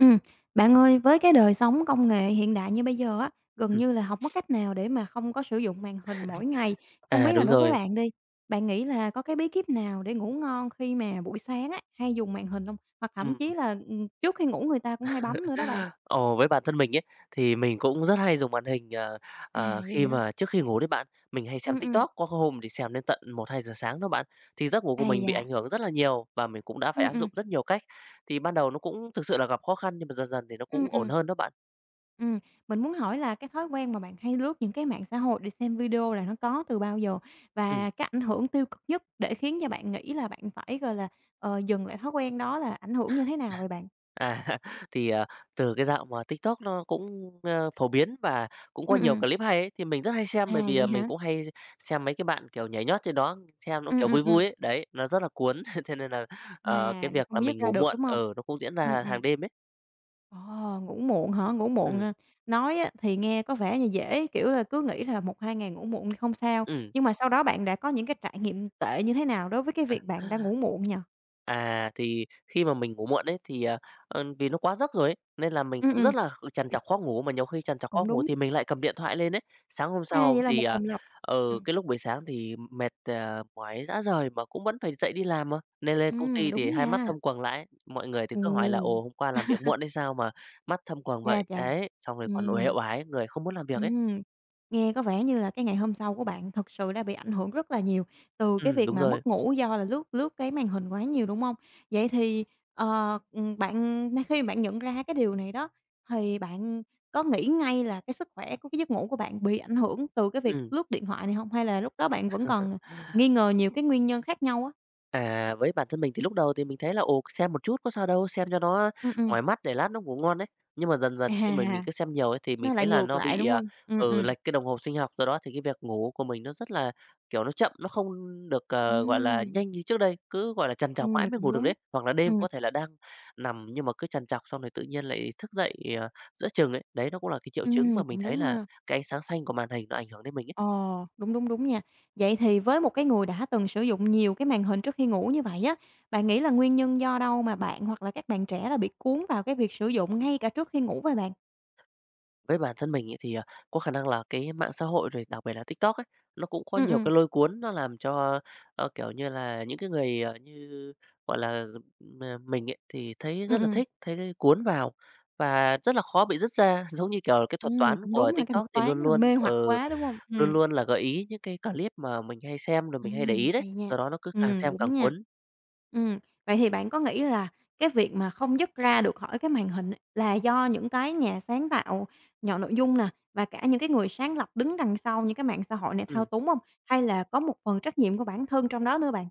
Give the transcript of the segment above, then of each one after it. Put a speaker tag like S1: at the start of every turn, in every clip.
S1: Ừm, bạn ơi, với cái đời sống công nghệ hiện đại như bây giờ á, gần
S2: Ừm,
S1: như là hổng có cách nào để mà không có sử dụng màn hình mỗi ngày. Không
S2: à,
S1: biết là
S2: đúng
S1: đối với
S2: rồi.
S1: bạn đi, bạn nghĩ là có cái bí kíp nào để ngủ ngon khi mà buổi sáng á, hay dùng màn hình không? Hoặc thậm
S2: Ừm.
S1: chí là, trước khi ngủ người ta cũng hay bấm nữa đó bạn.
S2: Ồ, với bản thân mình ấy, thì mình cũng rất hay dùng màn hình,
S1: À, vậy
S2: khi
S1: hả?
S2: mà trước khi ngủ đấy bạn. Mình hay xem
S1: Ừ, ừ.
S2: TikTok, có hôm thì xem đến tận một hai giờ sáng đó bạn. Thì giấc ngủ của
S1: Ây
S2: mình bị
S1: da.
S2: ảnh hưởng rất là nhiều, và mình cũng đã phải
S1: Ừ,
S2: áp
S1: ừ.
S2: dụng rất nhiều cách. Thì ban đầu nó cũng thực sự là gặp khó khăn, nhưng mà dần dần thì nó
S1: Ừ,
S2: cũng
S1: ừ.
S2: ổn hơn đó bạn.
S1: Ừm, mình muốn hỏi là cái thói quen mà bạn hay lướt những cái mạng xã hội để xem video là nó có từ bao giờ?
S2: Ừm.
S1: Và cái ảnh hưởng tiêu cực nhất để khiến cho bạn nghĩ là bạn phải, gọi là, dừng lại thói quen đó là ảnh hưởng như thế nào vậy bạn?
S2: À, thì, à, từ cái dạo mà TikTok nó cũng, ơ, phổ biến và cũng
S1: Ừm,
S2: có nhiều
S1: ừm.
S2: clip hay ấy, thì mình rất hay xem, bởi
S1: À,
S2: vì,
S1: vậy
S2: mình
S1: hả?
S2: cũng hay xem mấy cái bạn, kiểu, nhảy nhót trên đó, xem nó, kiểu, vui
S1: Ừm.
S2: vui ấy, đấy, nó rất là cuốn. Thế nên là, cái
S1: À, là
S2: việc là
S1: không dứt
S2: mình
S1: ra
S2: ngủ
S1: được,
S2: muộn,
S1: đúng không?
S2: ở nó cũng diễn
S1: Ừm,
S2: ra
S1: ừm,
S2: hàng đêm ấy.
S1: ồ, ngủ muộn hả? Ngủ muộn,
S2: Ừm,
S1: à, nói á thì nghe có vẻ như dễ, kiểu là, cứ nghĩ là một 2 ngày ngủ muộn thì không sao,
S2: ừm.
S1: nhưng mà sau đó bạn đã có những cái trải nghiệm tệ như thế nào đối với cái việc bạn đã ngủ muộn nhỉ?
S2: À, thì khi mà mình ngủ muộn ấy thì, vì nó quá giấc rồi ấy, nên là mình
S1: Ừm,
S2: cũng
S1: ừm,
S2: rất là trằn trọc khó ngủ, mà nhiều khi trằn trọc
S1: cũng
S2: khó ngủ
S1: đúng.
S2: thì mình lại cầm điện thoại lên ấy. Sáng hôm
S1: À, vậy
S2: sau
S1: là
S2: thì,
S1: một vòng lặp. Ừm,
S2: cái lúc buổi sáng thì mệt, mỏi rã rời mà cũng vẫn phải dậy đi làm mà, nên lên công ty thì
S1: đúng
S2: hai mắt
S1: nha.
S2: thâm quầng lại. Mọi người thì
S1: Ồ,
S2: cứ hỏi là "Ồ, hôm qua làm việc muộn hay sao mà mắt thâm quầng
S1: cha
S2: vậy?"
S1: chà.
S2: Đấy, xong rồi còn uể
S1: Ừm,
S2: oải, người không muốn làm việc ấy.
S1: ừm, nghe có vẻ như là cái ngày hôm sau của bạn thực sự đã bị ảnh hưởng rất là nhiều từ cái việc
S2: Đúng
S1: mà
S2: rồi,
S1: mất ngủ do là lướt lướt cái màn hình quá nhiều, đúng hông? Vậy thì, bạn ngay khi bạn nhận ra cái điều này đó, thì bạn có nghĩ ngay là cái sức khỏe của cái giấc ngủ của bạn bị ảnh hưởng từ cái việc
S2: ừm.
S1: lướt điện thoại này hông? Hay là lúc đó bạn vẫn còn nghi ngờ nhiều cái nguyên nhân khác nhau á?
S2: À, với bản thân mình thì lúc đầu thì mình thấy là, ồ, xem một chút có sao đâu, xem cho nó
S1: Ừm, ừm,
S2: mỏi mắt để lát nó ngủ ngon đấy. Nhưng mà dần dần khi mà
S1: à.
S2: mình cứ xem nhiều ấy thì mình
S1: Nó lại
S2: thấy là
S1: ngược
S2: nó
S1: lại,
S2: bị,
S1: đúng hông?
S2: lệch cái đồng hồ sinh học, do đó thì cái việc ngủ của mình nó rất là, kiểu, nó chậm, nó không được, gọi là,
S1: Ừm,
S2: nhanh như trước đây, cứ, gọi là, trằn trọc mãi mới
S1: cũng
S2: ngủ được
S1: đúng.
S2: đấy. Hoặc là đêm
S1: Ừm,
S2: có thể là đang nằm nhưng mà cứ trằn trọc xong rồi tự nhiên lại thức dậy, ờ, giữa chừng ấy. Đấy, nó cũng là cái triệu chứng mà mình
S1: cũng
S2: thấy
S1: đúng
S2: là
S1: ha.
S2: cái ánh sáng xanh của màn hình nó ảnh hưởng đến mình ấy.
S1: Ờ, đúng, đúng, đúng nha. Vậy thì với một cái người đã từng sử dụng nhiều cái màn hình trước khi ngủ như vậy á, bạn nghĩ là nguyên nhân do đâu mà bạn hoặc là các bạn trẻ là bị cuốn vào cái việc sử dụng ngay cả trước khi ngủ vậy bạn?
S2: Với bản thân mình ấy thì, có khả năng là cái mạng xã hội rồi đặc biệt là TikTok ấy, nó cũng có
S1: Ừm,
S2: nhiều
S1: ừm,
S2: cái lôi cuốn, nó làm cho, kiểu như là, những cái người, như, gọi là, m mình ấy thì thấy
S1: ừm,
S2: rất là
S1: ừm.
S2: thích, thấy cuốn vào và rất là khó bị dứt ra. Giống như, kiểu, cái thuật toán
S1: Cũng
S2: của
S1: đúng ha, cái thuật
S2: TikTok thì
S1: toán
S2: luôn
S1: là
S2: luôn
S1: mê hoặc
S2: ừ,
S1: quá, đúng hông?
S2: luôn
S1: Ừm.
S2: luôn là gợi ý những cái clip mà mình hay xem rồi mình hay để ý đấy,
S1: Hay nha.
S2: do đó nó cứ càng xem càng
S1: Đúng nha.
S2: cuốn.
S1: Ừm, vậy thì bạn có nghĩ là cái việc mà không dứt ra được khỏi cái màn hình ấy, là do những cái nhà sáng tạo nhận nội dung nè, và cả những cái người sáng lập đứng đằng sau những cái mạng xã hội này thao
S2: Ừm.
S1: túng hông? Hay là có một phần trách nhiệm của bản thân trong đó nữa bạn?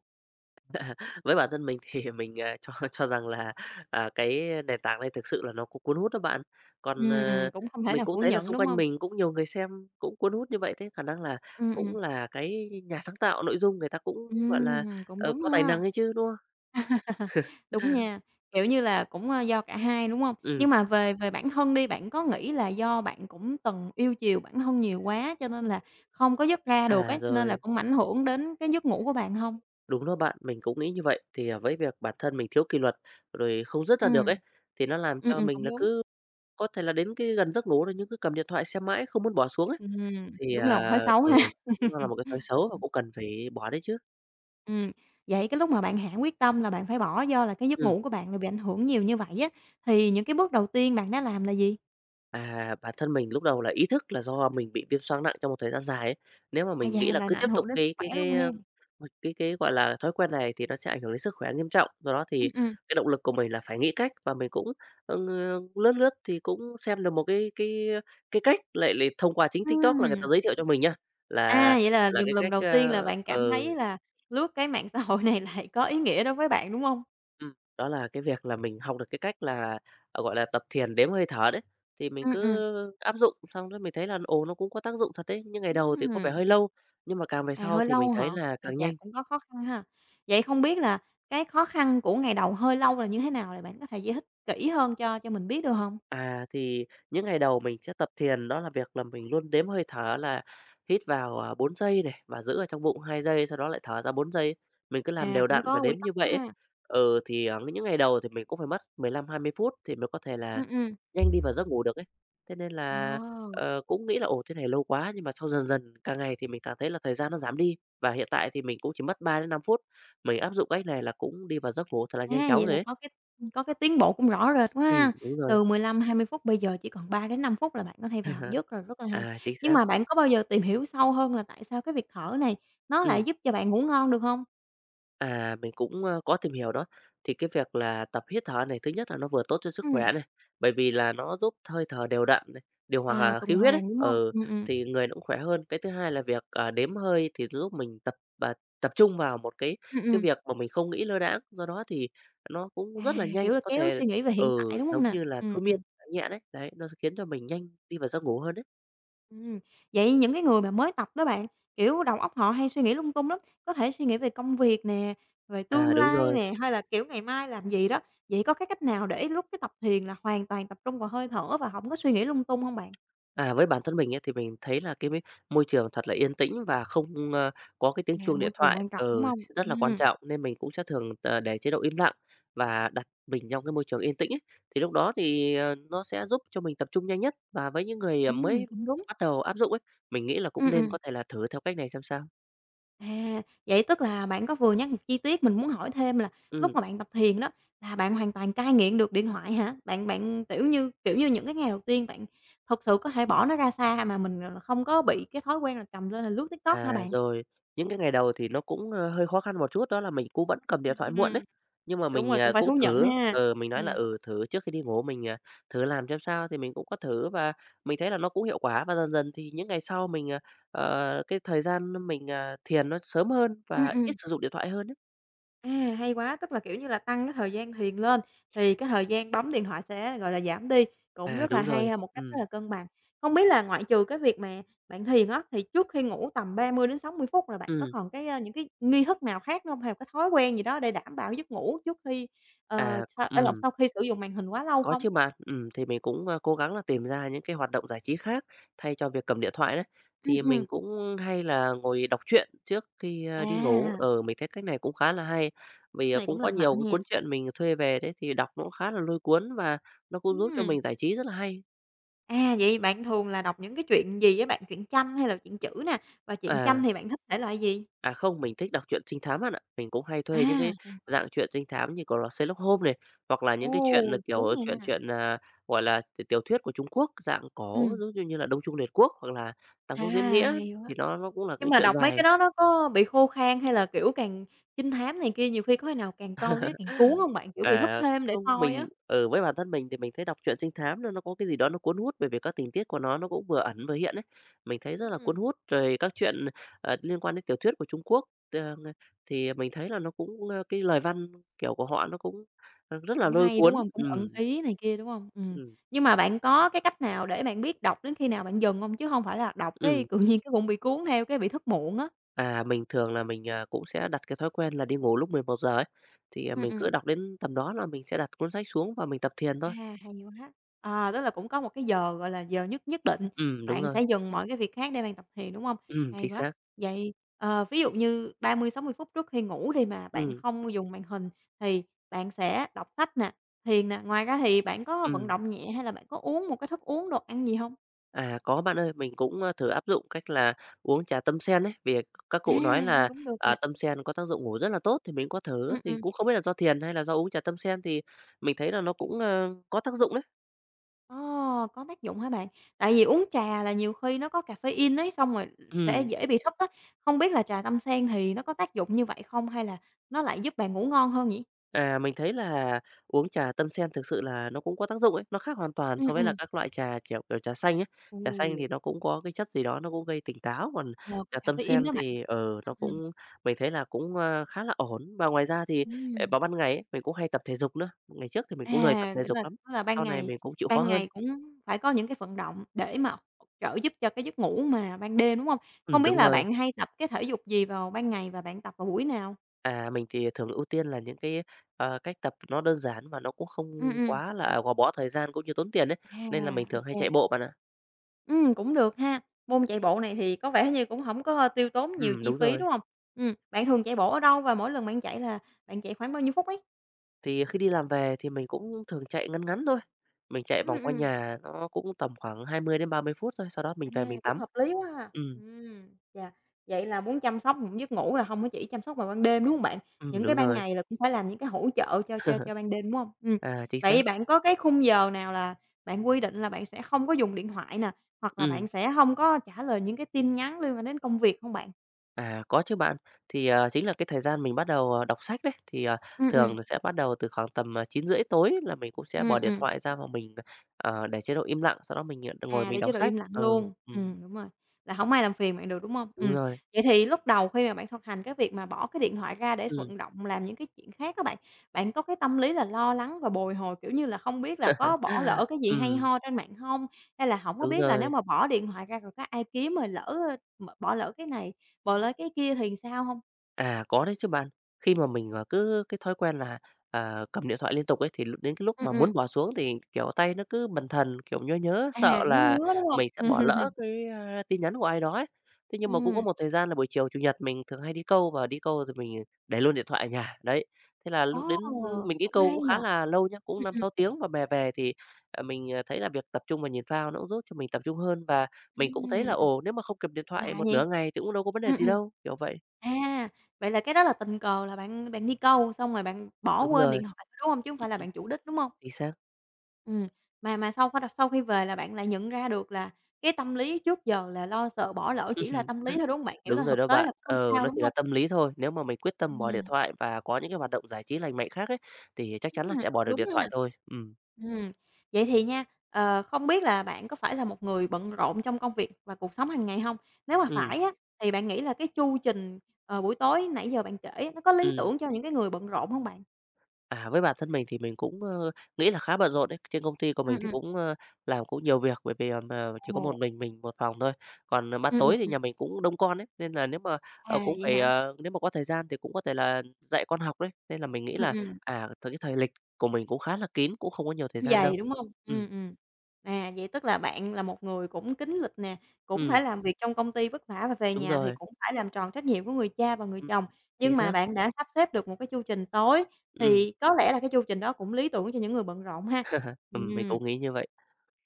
S2: Với bản thân mình thì mình, cho cho rằng là, cái nền tảng này thực sự là nó cũng cuốn hút đó bạn. Còn, ờ,
S1: Cũng không thể
S2: mình
S1: nào
S2: cũng
S1: phủ
S2: thấy là
S1: nhận,
S2: xung
S1: đúng
S2: quanh
S1: hông?
S2: mình cũng nhiều người xem cũng cuốn hút như vậy, thế khả năng là
S1: Ừm, ừm.
S2: cũng là cái nhà sáng tạo nội dung người ta cũng, gọi là,
S1: Cũng đúng
S2: có tài
S1: ha.
S2: năng ấy chứ, đúng không?
S1: Đúng nha, kiểu như là, cũng, do cả hai, đúng không?
S2: ừ
S1: Nhưng mà về về bản thân đi, bạn có nghĩ là do bạn cũng từng yêu chiều bản thân nhiều quá cho nên là không có dứt ra được ấy, nên là
S2: rồi,
S1: cũng ảnh hưởng đến cái giấc ngủ của bạn không?
S2: đúng đó bạn, mình cũng nghĩ như vậy. Thì, với việc bản thân mình thiếu kỷ luật, rồi không dứt ra được ấy,
S1: Ừm,
S2: thì nó làm cho mình
S1: cũng
S2: là
S1: đúng.
S2: cứ có thể là đến cái gần giấc ngủ rồi nhưng cứ cầm điện thoại xem mãi không muốn bỏ xuống ấy.
S1: Ừm,
S2: Thì,
S1: đúng là một thói
S2: à
S1: xấu
S2: ừ,
S1: ha.
S2: nó là một cái thói xấu và cũng cần phải bỏ đấy chứ.
S1: Ừm, vậy cái lúc mà bạn hạ quyết tâm là bạn phải bỏ do là cái giấc
S2: Ừm,
S1: ngủ của bạn là bị ảnh hưởng nhiều như vậy á, thì những cái bước đầu tiên bạn đã làm là gì?
S2: bản thân mình lúc đầu là ý thức là do mình bị viêm xoang nặng trong một thời gian dài ấy. Nếu mà
S1: À,
S2: mình nghĩ
S1: dạ,
S2: là
S1: là
S2: cứ
S1: nó ảnh
S2: tiếp tục
S1: hưởng đến sức khỏe luôn
S2: cái, a,
S1: hen.
S2: m cái, gọi là, thói quen này thì nó sẽ ảnh hưởng đến sức khỏe nghiêm trọng. Do đó thì
S1: Ừm.
S2: cái động lực của mình là phải nghĩ cách, và mình cũng, ừ, lướt lướt thì cũng xem được một cái cách lại lại thông qua chính TikTok là người ta giới thiệu cho mình nha, là
S1: À, vậy là
S2: là
S1: dừng
S2: cái
S1: lần
S2: cách,
S1: đầu tiên
S2: a
S1: là bạn cảm thấy
S2: ừ.
S1: là lướt cái mạng xã hội này lại có ý nghĩa đối với bạn, đúng hông?
S2: Đó là cái việc là mình học được cái cách là, gọi là, tập thiền đếm hơi thở đấy, thì mình
S1: Ừm,
S2: cứ
S1: ừm.
S2: áp dụng xong rồi mình thấy là, ồ, nó cũng có tác dụng thật đấy. Nhưng ngày đầu thì có vẻ
S1: Ừm,
S2: hơi lâu, nhưng mà càng về
S1: à,
S2: sau
S1: hơi
S2: thì mình
S1: lâu hả?
S2: thấy là
S1: Chà,
S2: càng
S1: chà,
S2: nhanh.
S1: cũng có khó khăn ha. Vậy không biết là cái khó khăn của ngày đầu hơi lâu là như thế nào? Là bạn có thể giải thích kỹ hơn cho mình biết được hông?
S2: À, thì những ngày đầu mình sẽ tập thiền, đó là việc là mình luôn đếm hơi thở là hít vào, 4 giây này, và giữ ở trong bụng 2 giây, sau đó lại thở ra 4 giây. Mình cứ làm
S1: À,
S2: đều
S1: cũng
S2: đặn và
S1: có quy
S2: đếm
S1: tắc
S2: như vậy ấy.
S1: ha.
S2: Những ngày đầu thì mình cũng phải mất 15 20 phút thì mới có thể là
S1: Ừm, ừm.
S2: nhanh đi vào giấc ngủ được ấy. Thế nên
S1: Ờ.
S2: là, cũng nghĩ là "Ồ, thế này lâu quá." Nhưng mà sau dần dần càng ngày thì mình càng thấy là thời gian nó giảm đi, và hiện tại thì mình cũng chỉ mất 3 đến 5 phút, mình áp dụng cách này là cũng đi vào giấc ngủ thật là nhanh
S1: À,
S2: chóng
S1: vậy
S2: rồi
S1: là
S2: ấy.
S1: có có cái tiến bộ cũng rõ rệt quá
S2: Ừ,
S1: ha.
S2: đúng rồi.
S1: Từ 15-20 phút bây giờ chỉ còn 3-5 phút là bạn có thể vào giấc rồi, rất là hay.
S2: À, chính
S1: Nhưng
S2: xác.
S1: mà bạn có bao giờ tìm hiểu sâu hơn là tại sao cái việc thở này nó lại
S2: Ừ.
S1: giúp cho bạn ngủ ngon được hông?
S2: À, mình cũng, có tìm hiểu đó. Thì cái việc là tập hít thở này, thứ nhất là nó vừa tốt cho sức
S1: Ừm,
S2: khỏe này, bởi vì là nó giúp hơi thở đều đặn này, điều hòa
S1: à, tuần
S2: khí huyết ấy,
S1: hoàn, đúng hông?
S2: ừ, thì người nó cũng khỏe hơn. Cái thứ hai là việc, đếm hơi thì giúp mình tập và tập trung vào một cái
S1: Ừm,
S2: cái
S1: ừm.
S2: việc mà mình không nghĩ lơ đãng, do đó thì nó cũng
S1: À,
S2: rất là nhanh,
S1: kiểu là,
S2: có
S1: kéo
S2: thể
S1: suy nghĩ về hiện tại, đúng hông
S2: giống
S1: nè?
S2: như là thôi miên nhẹ đấy, đấy, nó sẽ khiến cho mình nhanh đi vào giấc ngủ hơn đấy.
S1: Ừm, vậy những cái người mà mới tập đó bạn, kiểu, đầu óc họ hay suy nghĩ lung tung lắm, có thể suy nghĩ về công việc nè, về
S2: À,
S1: tương
S2: đúng
S1: lai
S2: rồi.
S1: nè, hay là, kiểu, ngày mai làm gì đó. Vậy có cái cách nào để lúc cái tập thiền là hoàn toàn tập trung vào hơi thở và không có suy nghĩ lung tung không bạn?
S2: À, với bản thân mình ấy, thì mình thấy là cái môi trường thật là yên tĩnh và không, có cái tiếng
S1: À,
S2: chuông
S1: môi
S2: điện
S1: trường
S2: thoại
S1: quan trọng, đúng
S2: ừ,
S1: không?
S2: s rất là quan trọng, nên mình cũng sẽ thường để chế độ im lặng và đặt mình trong cái môi trường yên tĩnh ấy. Thì lúc đó thì, nó sẽ giúp cho mình tập trung nhanh nhất, và với những người, mới
S1: Cũng đúng.
S2: bắt đầu áp dụng ấy, mình nghĩ là
S1: Ừm,
S2: cũng nên
S1: ừm.
S2: có thể là thử theo cách này xem sao.
S1: À, vậy tức là bạn có vừa nhắc một chi tiết mình muốn hỏi thêm là lúc
S2: Ừm.
S1: mà bạn tập thiền đó, là bạn hoàn toàn cai nghiện được điện thoại hả? Bạn bạn, tiểu như kiểu như, những cái ngày đầu tiên bạn thực sự có thể bỏ nó ra xa mà mình, là, không có bị cái thói quen là cầm lên là lướt TikTok hả
S2: À,
S1: bạn?
S2: rồi, những cái ngày đầu thì nó cũng, hơi khó khăn một chút, đó là mình cũng vẫn cầm điện thoại muộn
S1: Ừm,
S2: đấy. Nhưng mà
S1: đúng
S2: mình,
S1: rồi, cũng phải
S2: cũng
S1: thú nhận
S2: thử
S1: ha.
S2: mình nói là,
S1: Ừm.
S2: thử trước khi đi ngủ mình, thử làm xem sao, thì mình cũng có thử và mình thấy là nó cũng hiệu quả. Và dần dần thì những ngày sau mình, cái thời gian mình, thiền nó sớm hơn
S1: Ừm,
S2: và
S1: ừm.
S2: ít sử dụng điện thoại hơn ấy.
S1: À, hay quá! Tức là, kiểu như là, tăng cái thời gian thiền lên, thì cái thời gian bấm điện thoại sẽ, gọi là, giảm đi, cũng
S2: À,
S1: rất là
S2: đúng
S1: hay
S2: rồi,
S1: ha, một cách rất
S2: ừm,
S1: là cân bằng. Không biết là ngoại trừ cái việc mà bạn thiền á, thì trước khi ngủ tầm 30 đến 60 phút là bạn có
S2: ừm,
S1: còn cái, những cái nghi thức nào khác nữa hông? Hay là cái thói quen gì đó để đảm bảo giấc ngủ trước khi, ờ,
S2: à,
S1: sau ê lộn,
S2: ừm.
S1: sau khi sử dụng màn hình quá lâu
S2: Có
S1: không?
S2: chứ bạn, thì mình cũng, cố gắng là tìm ra những cái hoạt động giải trí khác thay cho việc cầm điện thoại đấy.
S1: Ừm,
S2: Thì
S1: ừm.
S2: mình cũng hay là ngồi đọc truyện trước khi, đi ngủ,
S1: À,
S2: ờ, mình thấy cách này cũng khá là hay. Vì,
S1: cách này
S2: cũng
S1: cũng
S2: có
S1: lành mạnh
S2: nhiều cái
S1: nè.
S2: cuốn truyện mình thuê về đấy, thì đọc nó cũng khá là lôi cuốn, và nó cũng giúp cho
S1: Ừm,
S2: mình giải trí rất là hay.
S1: à, vậy bạn thường là đọc những cái chuyện gì với bạn? Chuyện tranh hay là chuyện chữ nè? Và chuyện tranh
S2: À.
S1: thì bạn thích thể loại gì?
S2: À, không, mình thích đọc truyện trinh thám bạn ạ. Mình cũng hay
S1: À,
S2: thuê những cái
S1: hay quá!
S2: dạng truyện trinh thám như của là Sherlock Holmes này, hoặc là
S1: Ồ,
S2: những cái chuyện là,
S1: cuốn
S2: kiểu, chuyện
S1: nha.
S2: chuyện à, gọi là, tiểu thuyết của Trung Quốc, dạng có
S1: Ừm.
S2: giống như như là Đông Trung Liệt Quốc hoặc là Tam
S1: À,
S2: Quốc Diễn Nghĩa, ấy.
S1: hay quá.
S2: Thì nó cũng là
S1: Nhưng
S2: những
S1: mà
S2: chuyện
S1: đọc mấy cái
S2: dài.
S1: đó nó có bị khô khan hay là, kiểu, càng trinh thám này kia, nhiều khi có khi nào càng coi cái càng cuốn hông bạn? Kiểu, bị thức
S2: À,
S1: thêm để
S2: không,
S1: coi á.
S2: mình ở với bản thân mình thì mình thấy đọc truyện trinh thám nó có cái gì đó nó cuốn hút, bởi vì các tình tiết của nó cũng vừa ẩn vừa hiện ấy. Mình thấy rất là
S1: Ừm,
S2: cuốn hút, rồi các chuyện, liên quan đến tiểu thuyết của Trung Quốc, ờ, thì mình thấy là nó cũng, cái lời văn, kiểu, của họ nó cũng, rất là
S1: cũng
S2: lôi
S1: hay, đúng
S2: cuốn.
S1: hông? Cũng ẩn ý này kia, đúng hông? Ừm.
S2: Ừm,
S1: Nhưng mà bạn có cái cách nào để bạn biết đọc đến khi nào bạn dừng hông? Chứ hông phải là đọc cái
S2: ừm.
S1: tự nhiên cái bụng bị cuốn theo cái bị thức muộn á.
S2: À, mình thường là mình, cũng sẽ đặt cái thói quen là đi ngủ lúc 11 giờ ấy, thì,
S1: Ừm,
S2: mình cứ
S1: ừm.
S2: đọc đến tầm đó là mình sẽ đặt cuốn sách xuống và mình tập thiền thôi.
S1: À, hay quá. À, tức là cũng có một cái giờ, gọi là, giờ nhất nhất định,
S2: Đúng
S1: bạn
S2: rồi.
S1: sẽ dừng mọi cái việc khác để bạn tập thiền, đúng không? Hay
S2: Chính
S1: quá.
S2: xác.
S1: Vậy, ví dụ như 30 60 phút trước khi ngủ đi mà bạn
S2: Ừm,
S1: không dùng màn hình thì bạn sẽ đọc sách nè, thiền nè, ngoài ra thì bạn có vận
S2: ừm.
S1: động nhẹ hay là bạn có uống một cái thức uống, đồ ăn gì không?
S2: À, có bạn ơi, mình cũng, thử áp dụng cách là uống trà tâm sen ấy, vì các
S1: À,
S2: cụ nói
S1: nghe
S2: là,
S1: cũng được nha.
S2: tâm sen có tác dụng ngủ rất là tốt thì mình có thử,
S1: Ừm,
S2: thì
S1: ừm.
S2: cũng không biết là do thiền hay là do uống trà tâm sen thì mình thấy là nó cũng, có tác dụng đấy.
S1: Ồ, có tác dụng hả bạn? Tại vì uống trà là nhiều khi nó có caffeine ấy, xong rồi sẽ
S2: Ừm.
S1: dễ bị thức á. Không biết là trà tâm sen thì nó có tác dụng như vậy không hay là nó lại giúp bạn ngủ ngon hơn nhỉ?
S2: À, mình thấy là uống trà tâm sen thực sự là nó cũng có tác dụng ấy, nó khác hoàn toàn
S1: Ừm,
S2: so với
S1: ừm.
S2: là các loại trà, kiểu, trà xanh ấy.
S1: Ồ,
S2: Trà xanh thì nó cũng có cái chất gì đó nó cũng gây tỉnh táo, còn
S1: ờ, có
S2: trà tâm
S1: caffeine
S2: sen
S1: đó bạn.
S2: thì, ờ, nó
S1: Ừm,
S2: cũng mình thấy là cũng, khá là ổn. Và ngoài ra thì,
S1: ừm.
S2: vào ban ngày ấy, mình cũng hay tập thể dục nữa, ngày trước thì mình
S1: À,
S2: cũng lười tập thể
S1: nghĩa
S2: dục
S1: là
S2: lắm,
S1: tức là ban
S2: sau này
S1: ngày
S2: mình cũng chịu khó
S1: ban
S2: hơn.
S1: ngày cũng phải có những cái vận động để mà hỗ trợ giúp cho cái giấc ngủ mà ban đêm, đúng không?
S2: Ừ,
S1: Không biết
S2: đúng
S1: là
S2: rồi.
S1: bạn hay tập cái thể dục gì vào ban ngày và bạn tập vào buổi nào?
S2: À, mình thì thường ưu tiên là những cái, cách tập nó đơn giản và nó cũng
S1: Ừm,
S2: không
S1: ừm.
S2: quá là gò bó thời gian cũng như tốn tiền đấy. Nên là mình
S1: À,
S2: thường hay chạy
S1: ok.
S2: bộ bạn ạ.
S1: Cũng được ha. Môn chạy bộ này thì có vẻ như cũng hổng có, tiêu tốn
S2: Ừ,
S1: nhiều chi
S2: đúng
S1: phí,
S2: rồi.
S1: đúng hông? Bạn thường chạy bộ ở đâu và mỗi lần bạn chạy là bạn chạy khoảng bao nhiêu phút ấy?
S2: Thì khi đi làm về thì mình cũng thường chạy ngắn ngắn thôi, mình chạy
S1: Ừm,
S2: vòng quanh
S1: ừm,
S2: nhà nó cũng tầm khoảng 20 đến 30 phút thôi, sau đó mình
S1: à,
S2: về mình
S1: cũng
S2: tắm.
S1: hợp lý quá ha.
S2: Ừm,
S1: Vậy là muốn chăm sóc một giấc ngủ là hông có chỉ chăm sóc vào ban đêm, đúng hông bạn? Những cái
S2: đúng
S1: ban
S2: rồi,
S1: ngày là cũng phải làm những cái hỗ trợ cho ban đêm, đúng hông?
S2: chính xác,
S1: Vậy bạn có cái khung giờ nào là bạn quy định là bạn sẽ không có dùng điện thoại nè, hoặc là bạn
S2: ừm.
S1: sẽ hông có trả lời những cái tin nhắn liên quan đến công việc hông bạn?
S2: À, có chứ bạn, thì, chính là cái thời gian mình bắt đầu, đọc sách đấy, thì,
S1: Ừm, ừm,
S2: thường là sẽ bắt đầu từ khoảng tầm, 9 rưỡi tối là mình cũng sẽ
S1: ừm,
S2: bỏ điện
S1: ừm.
S2: thoại ra và mình, để chế độ im lặng, sau đó mình, ngồi
S1: À,
S2: mình
S1: để chế
S2: đọc
S1: độ im
S2: sách.
S1: lặng
S2: Ờ,
S1: luôn.
S2: ừ,
S1: Đúng rồi, là hổng ai làm phiền bạn được, đúng hông?
S2: đúng rồi,
S1: Vậy thì lúc đầu khi mà bạn thực hành cái việc mà bỏ cái điện thoại ra để
S2: ừm,
S1: vận động làm những cái chuyện khác á bạn, bạn có cái tâm lý là lo lắng và bồi hồi, kiểu như là, không biết là có bỏ lỡ cái gì hay
S2: ừm.
S1: ho trên mạng hông? Hay là hổng có
S2: Đúng
S1: biết là nếu
S2: rồi.
S1: mà bỏ điện thoại ra rồi có ai kiếm rồi lỡ, ơ, m bỏ lỡ cái này, bỏ lỡ cái kia thì sao hông?
S2: À, có đấy chứ bạn. Khi mà mình, cứ cái thói quen là, cầm điện thoại liên tục ấy, thì đến cái lúc
S1: Ừm,
S2: mà
S1: ừm,
S2: muốn bỏ xuống thì, kiểu, tay nó cứ bần thần, kiểu, nhớ nhớ,
S1: à,
S2: sợ
S1: ngứa
S2: là
S1: ngứa, đúng hông?
S2: mình sẽ bỏ lỡ cái, tin nhắn của ai đó ấy. Thế nhưng mà cũng có
S1: Ừm,
S2: một thời gian là buổi chiều Chủ nhật mình thường hay đi câu, và đi câu thì mình để luôn điện thoại ở nhà, đấy. Thế là
S1: ồ,
S2: lúc đến mình đi
S1: cũng
S2: câu
S1: hay
S2: cũng
S1: nhỉ?
S2: khá là lâu nhá, cũng
S1: Ừm,
S2: năm
S1: ừm,
S2: sáu tiếng và về về thì, mình, thấy là việc tập trung và nhìn phao nó cũng giúp cho mình tập trung hơn, và mình cũng thấy là,
S1: ừm,
S2: ồ, nếu mà không cầm điện thoại
S1: lạ
S2: một
S1: nhỉ?
S2: nửa ngày thì cũng đâu có vấn đề
S1: Ừm,
S2: gì
S1: ừm.
S2: đâu, kiểu vậy.
S1: À, vậy là cái đó là tình cờ là bạn bạn đi câu, xong rồi bạn bỏ
S2: Đúng
S1: quên
S2: rồi.
S1: điện thoại, đúng hông? Chứ hông
S2: Ừm,
S1: phải là
S2: ừm,
S1: bạn chủ đích, đúng hông?
S2: chính xác.
S1: Ừm, mà sau khi về là bạn lại nhận ra được là cái tâm lý trước giờ là lo sợ bỏ lỡ chỉ là tâm lý thôi, đúng hông bạn? Kiểu
S2: Đúng
S1: là,
S2: rồi
S1: thực
S2: đó
S1: tế là
S2: bạn.
S1: cũng hông
S2: Ờ,
S1: sao,
S2: nó
S1: đúng
S2: chỉ là
S1: hông?
S2: tâm lý thôi, nếu mà mình quyết tâm bỏ điện
S1: Ừm,
S2: thoại và có những cái hoạt động giải trí lành mạnh khác ấy, thì chắc chắn là sẽ
S1: cũng
S2: bỏ được
S1: đúng
S2: điện thoại
S1: ha.
S2: thôi.
S1: Ừm, vậy thì nha, ờ, không biết là bạn có phải là một người bận rộn trong công việc và cuộc sống hàng ngày hông? Nếu mà
S2: Ừm,
S1: phải á, thì bạn nghĩ là cái chu trình, ờ, buổi tối nãy giờ bạn kể á, nó có lý
S2: ừm.
S1: tưởng cho những cái người bận rộn hông bạn?
S2: À, với bản thân mình thì mình cũng, nghĩ là khá bận rộn đấy. Trên công ty của
S1: Ừm,
S2: mình thì
S1: ừm.
S2: cũng, làm cũng nhiều việc bởi vì, mà chỉ có
S1: Ồ.
S2: một mình một phòng thôi. Còn, ban tối thì
S1: Ừm.
S2: nhà mình cũng đông con ấy, nên là nếu mà,
S1: À,
S2: cũng
S1: vậy
S2: phải,
S1: hả?
S2: nếu mà có thời gian thì cũng có thể là dạy con học đấy. Nên là mình nghĩ
S1: Ừm,
S2: là,
S1: ừm.
S2: cái thời lịch của mình cũng khá là kín, cũng không có nhiều thời
S1: Cũng
S2: gian đâu.
S1: dày, đúng hông?
S2: Ừm,
S1: À, vậy tức là bạn là một người cũng kín lịch nè, cũng
S2: ừm.
S1: phải làm việc trong công ty vất vả và về
S2: Đúng
S1: nhà thì
S2: rồi,
S1: cũng phải làm tròn trách nhiệm của người cha và người
S2: ừm,
S1: chồng,
S2: chính
S1: nhưng mà
S2: xác,
S1: bạn đã sắp xếp được một cái chu trình tối,
S2: ừm,
S1: thì có lẽ là cái chu trình đó cũng lý tưởng cho những người bận rộn ha.
S2: mình
S1: Ừm.
S2: cũng nghĩ như vậy.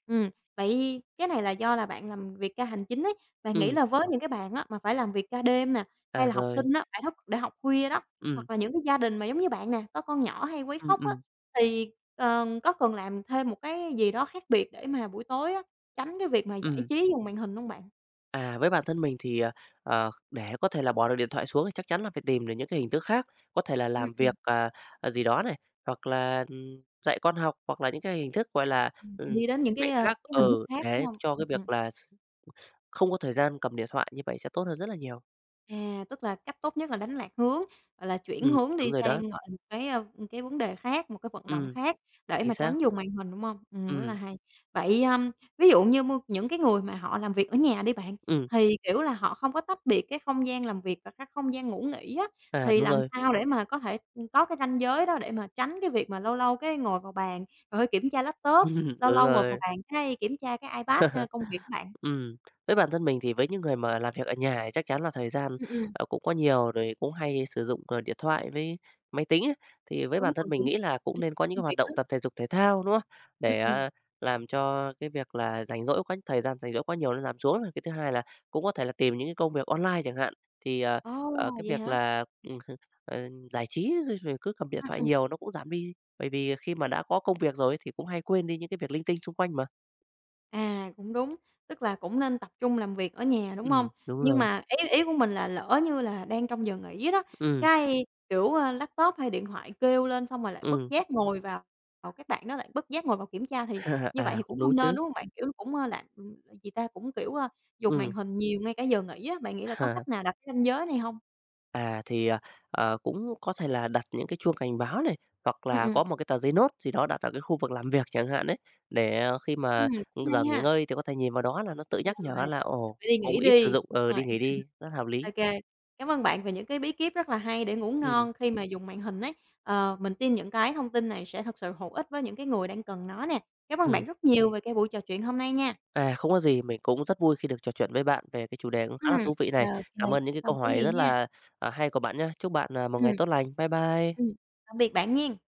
S1: Ừm, vậy cái này là do là bạn làm việc ca hành chính ấy, bạn nghĩ
S2: Ừm,
S1: là với những cái bạn á mà phải làm việc ca đêm nè, hay
S2: à,
S1: là học sinh
S2: rồi,
S1: á, phải thức để học khuya đó,
S2: ừm,
S1: hoặc là những cái gia đình mà giống như bạn nè, có con nhỏ hay quấy
S2: ừm,
S1: khóc á,
S2: ừm,
S1: thì có cần làm thêm một cái gì đó khác biệt để mà buổi tối á, tránh cái việc mà giải
S2: ừm.
S1: trí dùng màn hình hông bạn?
S2: À, với bản thân mình thì, để có thể là bỏ được điện thoại xuống thì chắc chắn là phải tìm được những cái hình thức khác, có thể là
S1: Ừm,
S2: làm
S1: ừm,
S2: việc, gì đó này, hoặc là, dạy con học, hoặc là những cái hình thức, gọi là, ừm,
S1: đi đến những
S2: mạnh
S1: cái,
S2: mẽ
S1: ơ,
S2: khác,
S1: cái hình thức khác, đúng
S2: để
S1: hông?
S2: cho cái việc là không có thời gian cầm điện thoại như vậy sẽ tốt hơn rất là nhiều.
S1: À, tức là cách tốt nhất là đánh lạc hướng, gọi là, chuyển hướng đi
S2: Đúng rồi
S1: sang,
S2: đó,
S1: gọi một cái vấn đề khác, một cái vận động
S2: ừm,
S1: khác để
S2: chính
S1: mà
S2: xác,
S1: tránh dùng màn hình, đúng không? Rất là
S2: ừm,
S1: hay. Vậy, ví dụ như mô những cái người mà họ làm việc ở nhà đi bạn,
S2: ừm,
S1: thì, kiểu là, họ không có tách biệt cái không gian làm việc và các không gian ngủ nghỉ á,
S2: à,
S1: thì
S2: đúng
S1: làm
S2: rồi.
S1: sao để mà có thể, ừ, có cái ranh giới đó để mà tránh cái việc mà lâu lâu cái ngồi vào bàn, rồi phải kiểm tra laptop, lâu
S2: Đúng
S1: lâu ngồi vào
S2: rồi.
S1: bàn cái kiểm tra cái iPad, công việc á bạn?
S2: Ừm, với bản thân mình thì với những người mà làm việc ở nhà thì chắc chắn là thời gian,
S1: Ừm, ừm,
S2: cũng có nhiều rồi cũng hay sử dụng, điện thoại với máy tính ấy. Thì với
S1: đúng
S2: bản thân
S1: rồi,
S2: mình
S1: kiểm
S2: nghĩ là
S1: tra
S2: cũng nên có những
S1: công
S2: cái
S1: việc
S2: hoạt động
S1: á.
S2: tập thể dục thể thao, đúng không?
S1: Ừm,
S2: Để,
S1: ừm.
S2: làm cho cái việc là rảnh rỗi quá thời gian rảnh rỗi quá nhiều nó giảm xuống này. Cái thứ hai là cũng có thể là tìm những cái công việc online chẳng hạn, thì,
S1: Ồ,
S2: cái
S1: vậy
S2: việc
S1: hả?
S2: là, giải trí rồi rồi cứ cầm điện
S1: Ừm,
S2: thoại
S1: ừm.
S2: nhiều nó cũng giảm đi, bởi vì khi mà đã có công việc rồi ấy thì cũng hay quên đi những cái việc linh tinh xung quanh mà.
S1: À, cũng đúng, tức là cũng nên tập trung làm việc ở nhà, đúng hông?
S2: Đúng
S1: Nhưng
S2: rồi.
S1: mà ý ý của mình là lỡ như là đang trong giờ nghỉ đó,
S2: Ừm,
S1: cái, kiểu, laptop hay điện thoại kêu lên xong rồi lại bất
S2: ừm.
S1: giác ngồi vào vào các bạn đó lại bất giác ngồi vào kiểm tra thì như vậy
S2: À,
S1: thì cũng
S2: cũng đúng
S1: hông nên,
S2: chứ.
S1: đúng hông bạn? Kiểu, cũng, làm gì ta, cũng, kiểu, dùng màn
S2: Ừ.
S1: hình nhiều ngay cả giờ nghỉ á, bạn nghĩ là có cách nào đặt cái ranh giới này hông?
S2: À, thì, cũng có thể là đặt những cái chuông cảnh báo này, hoặc
S1: Ừm,
S2: là
S1: ừm.
S2: có một cái tờ giấy nốt gì đó đặt ở cái khu vực làm việc chẳng hạn đấy, để khi mà
S1: Cũng
S2: giờ
S1: hay
S2: nghỉ
S1: ha.
S2: ngơi thì có thể nhìn vào đó là nó tự
S1: Ờ,
S2: nhắc
S1: à,
S2: nhở là, ồ,
S1: phải đi
S2: cũng
S1: nghỉ
S2: ít sử
S1: đi,
S2: dụng, ừ,
S1: rồi.
S2: đi nghỉ đi, rất hợp lý.
S1: OK, cảm ơn bạn về những cái bí kíp rất là hay để ngủ
S2: Ừ,
S1: ngon khi mà dùng màn hình ấy. Ờ, mình tin những cái thông tin này sẽ thật sự hữu ích với những cái người đang cần nó nè. Cảm ơn bạn
S2: ừm.
S1: rất nhiều về cái buổi trò chuyện hôm nay nha.
S2: À, không có gì, mình cũng rất vui khi được trò chuyện với bạn về cái chủ đề cũng khá
S1: Ừm,
S2: là thú vị
S1: ô
S2: này.
S1: kê,
S2: Cảm ơn những cái
S1: không
S2: câu
S1: có
S2: hỏi
S1: gì
S2: rất
S1: nha.
S2: là, hay của bạn nhé, chúc bạn, một ngày
S1: Ừm,
S2: tốt lành. Bye
S1: ừm,
S2: bye.
S1: tạm biệt bạn Nhiên.